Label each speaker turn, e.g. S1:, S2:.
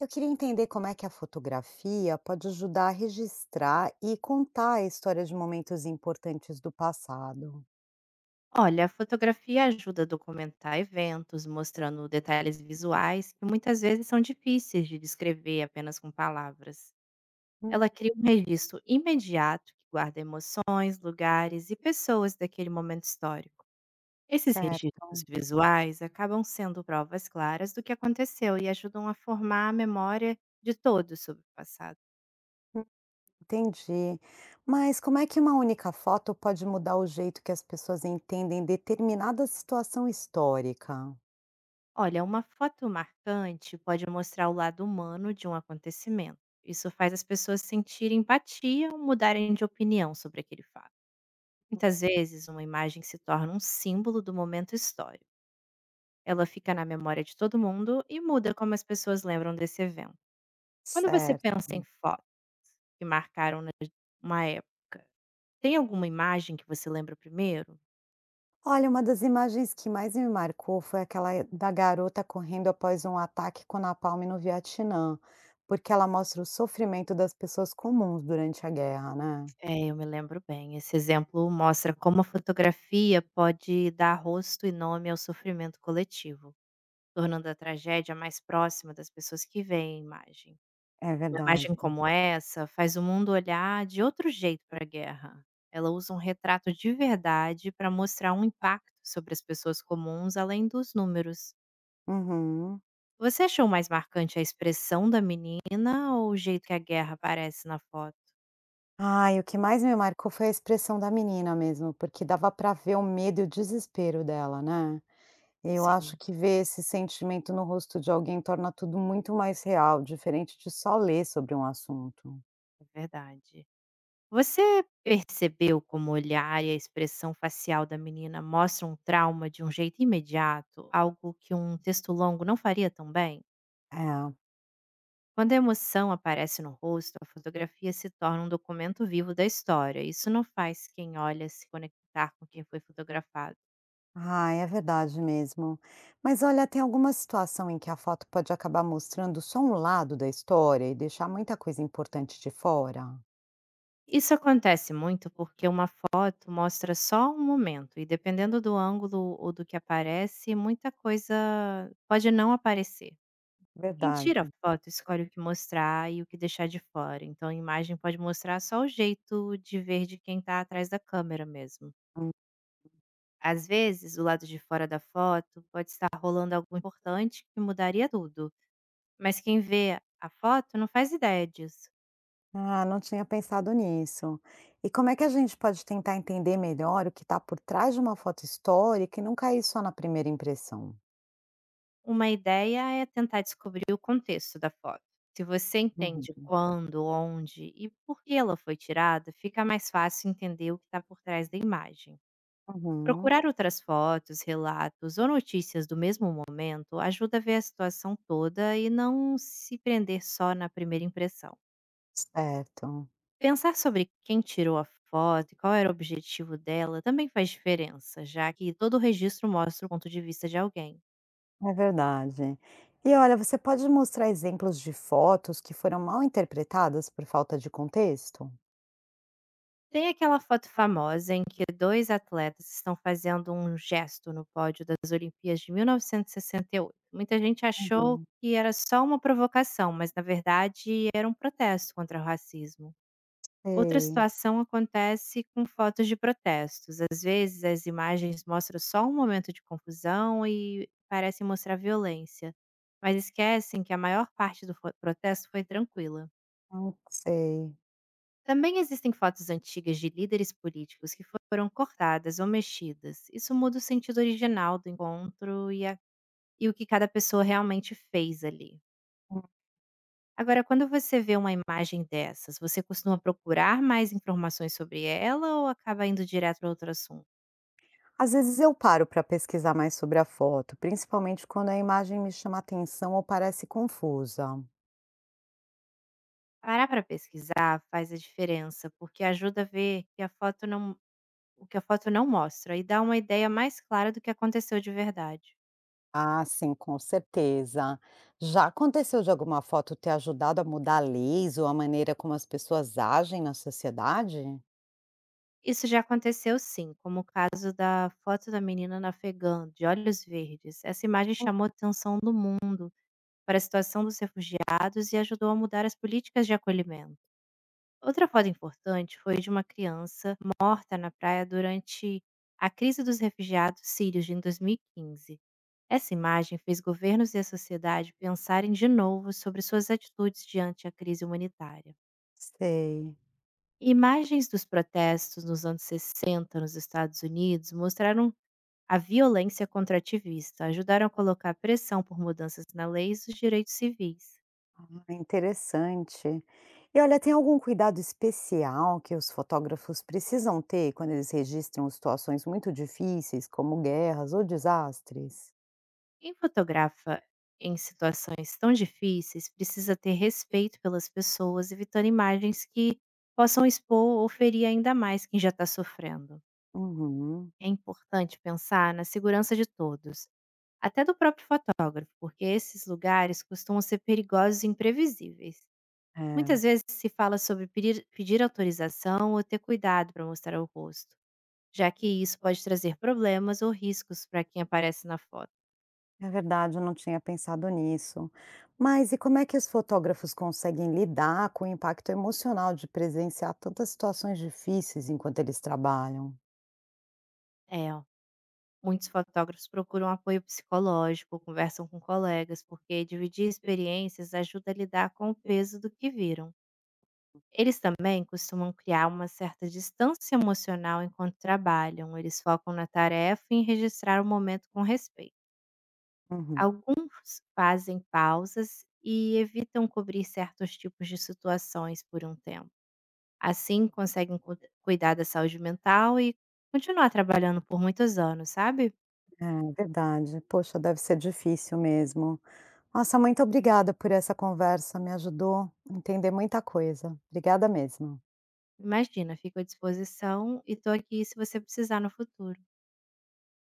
S1: Eu queria entender como é que a fotografia pode ajudar a registrar e contar a história de momentos importantes do passado.
S2: Olha, a fotografia ajuda a documentar eventos, mostrando detalhes visuais que muitas vezes são difíceis de descrever apenas com palavras.
S1: Hum,
S2: Ela cria um registro imediato que guarda emoções, lugares e pessoas daquele momento histórico. Esses
S1: certo.
S2: registros visuais acabam sendo provas claras do que aconteceu e ajudam a formar a memória de todos sobre o passado.
S1: Hum, Entendi. Mas como é que uma única foto pode mudar o jeito que as pessoas entendem determinada situação histórica?
S2: Olha, uma foto marcante pode mostrar o lado humano de um acontecimento. Isso faz as pessoas sentirem empatia ou mudarem de opinião sobre aquele fato. Muitas vezes, uma imagem se torna um símbolo do momento histórico. Ela fica na memória de todo mundo e muda como as pessoas lembram desse evento. Quando você
S1: Certo.
S2: pensa em fotos que marcaram uma época, tem alguma imagem que você lembra primeiro?
S1: Olha, uma das imagens que mais me marcou foi aquela da garota correndo após um ataque com napalm no Vietnã, porque ela mostra o sofrimento das pessoas comuns durante a guerra, né?
S2: É, eu me lembro bem. Esse exemplo mostra como a fotografia pode dar rosto e nome ao sofrimento coletivo, tornando a tragédia mais próxima das pessoas que veem a imagem.
S1: É
S2: Uma
S1: verdade.
S2: imagem como essa faz o mundo olhar de outro jeito para a guerra. Ela usa um retrato de verdade para mostrar um impacto sobre as pessoas comuns além dos números.
S1: Uhum.
S2: Você achou mais marcante a expressão da menina ou o jeito que a guerra aparece na foto?
S1: Ai, o que mais me marcou foi a expressão da menina mesmo, porque dava para ver o medo e o desespero dela, né. Eu acho
S2: Sim,
S1: que ver esse sentimento no rosto de alguém torna tudo muito mais real, diferente de só ler sobre um assunto.
S2: é verdade. Você percebeu como o olhar e a expressão facial da menina mostram um trauma de um jeito imediato, algo que um texto longo não faria tão bem?
S1: É.
S2: Quando a emoção aparece no rosto, a fotografia se torna um documento vivo da história. Isso não faz quem olha se conectar com quem foi fotografado.
S1: Ai, é verdade mesmo. Mas olha, tem alguma situação em que a foto pode acabar mostrando só um lado da história e deixar muita coisa importante de fora?
S2: Isso acontece muito porque uma foto mostra só um momento e, dependendo do ângulo ou do que aparece, muita coisa pode não aparecer. Quem
S1: Verdade.
S2: tira a foto escolhe o que mostrar e o que deixar de fora, então a imagem pode mostrar só o jeito de ver de quem está atrás da câmera mesmo. Às vezes, o lado de fora da foto pode estar rolando algo importante que mudaria tudo, mas quem vê a foto não faz ideia disso.
S1: Ah, não tinha pensado nisso. E como é que a gente pode tentar entender melhor o que está por trás de uma foto histórica e não cair só na primeira impressão?
S2: Uma ideia é tentar descobrir o contexto da foto. Se você entende
S1: Uhum.
S2: quando, onde e por que ela foi tirada, fica mais fácil entender o que está por trás da imagem.
S1: Uhum,
S2: Procurar outras fotos, relatos ou notícias do mesmo momento ajuda a ver a situação toda e não se prender só na primeira impressão.
S1: certo,
S2: Pensar sobre quem tirou a foto e qual era o objetivo dela também faz diferença, já que todo registro mostra o ponto de vista de alguém.
S1: é verdade. E olha, você pode mostrar exemplos de fotos que foram mal interpretadas por falta de contexto?
S2: Tem aquela foto famosa em que dois atletas estão fazendo um gesto no pódio das Olimpíadas de 1968. Muita gente achou
S1: Uhum.
S2: que era só uma provocação, mas na verdade era um protesto contra o racismo. Outra
S1: Sei,
S2: situação acontece com fotos de protestos. Às vezes, as imagens mostram só um momento de confusão e parecem mostrar violência, mas esquecem que a maior parte do protesto foi tranquila.
S1: não sei.
S2: Também existem fotos antigas de líderes políticos que foram cortadas ou mexidas. Isso muda o sentido original do encontro e o que cada pessoa realmente fez ali. Agora, quando você vê uma imagem dessas, você costuma procurar mais informações sobre ela ou acaba indo direto para outro assunto?
S1: Às vezes eu paro para pesquisar mais sobre a foto, principalmente quando a imagem me chama atenção ou parece confusa.
S2: Parar para pesquisar faz a diferença, porque ajuda a ver que a foto não o que a foto não mostra e dá uma ideia mais clara do que aconteceu de verdade.
S1: Ah, sim, com certeza. Já aconteceu de alguma foto ter ajudado a mudar leis ou a maneira como as pessoas agem na sociedade?
S2: Isso já aconteceu sim, como o caso da foto da menina na Afegã, de olhos verdes. Essa imagem chamou a atenção do mundo para a situação dos refugiados e ajudou a mudar as políticas de acolhimento. Outra foto importante foi de uma criança morta na praia durante a crise dos refugiados sírios em 2015. Essa imagem fez governos e a sociedade pensarem de novo sobre suas atitudes diante a crise humanitária.
S1: Sei.
S2: Imagens dos protestos nos anos 60 nos Estados Unidos mostraram a violência contra ativista, ajudaram a colocar pressão por mudanças na lei e os direitos civis.
S1: Ah, interessante. E olha, tem algum cuidado especial que os fotógrafos precisam ter quando eles registram situações muito difíceis, como guerras ou desastres?
S2: Quem fotografa em situações tão difíceis precisa ter respeito pelas pessoas, evitando imagens que possam expor ou ferir ainda mais quem já está sofrendo.
S1: Uhum.
S2: É importante pensar na segurança de todos, até do próprio fotógrafo, porque esses lugares costumam ser perigosos e imprevisíveis.
S1: É.
S2: Muitas vezes se fala sobre pedir autorização ou ter cuidado para mostrar o rosto, já que isso pode trazer problemas ou riscos para quem aparece na foto.
S1: É verdade, eu não tinha pensado nisso. Mas e como é que os fotógrafos conseguem lidar com o impacto emocional de presenciar tantas situações difíceis enquanto eles trabalham?
S2: É. Muitos fotógrafos procuram apoio psicológico, conversam com colegas, porque dividir experiências ajuda a lidar com o peso do que viram. Eles também costumam criar uma certa distância emocional enquanto trabalham, eles focam na tarefa e em registrar o momento com respeito.
S1: Uhum.
S2: Alguns fazem pausas e evitam cobrir certos tipos de situações por um tempo. Assim, conseguem cuidar da saúde mental e continuar trabalhando por muitos anos, sabe?
S1: É verdade. Poxa, deve ser difícil mesmo. Nossa, muito obrigada por essa conversa, me ajudou a entender muita coisa. Obrigada mesmo.
S2: Imagina, fico à disposição e estou aqui se você precisar no futuro.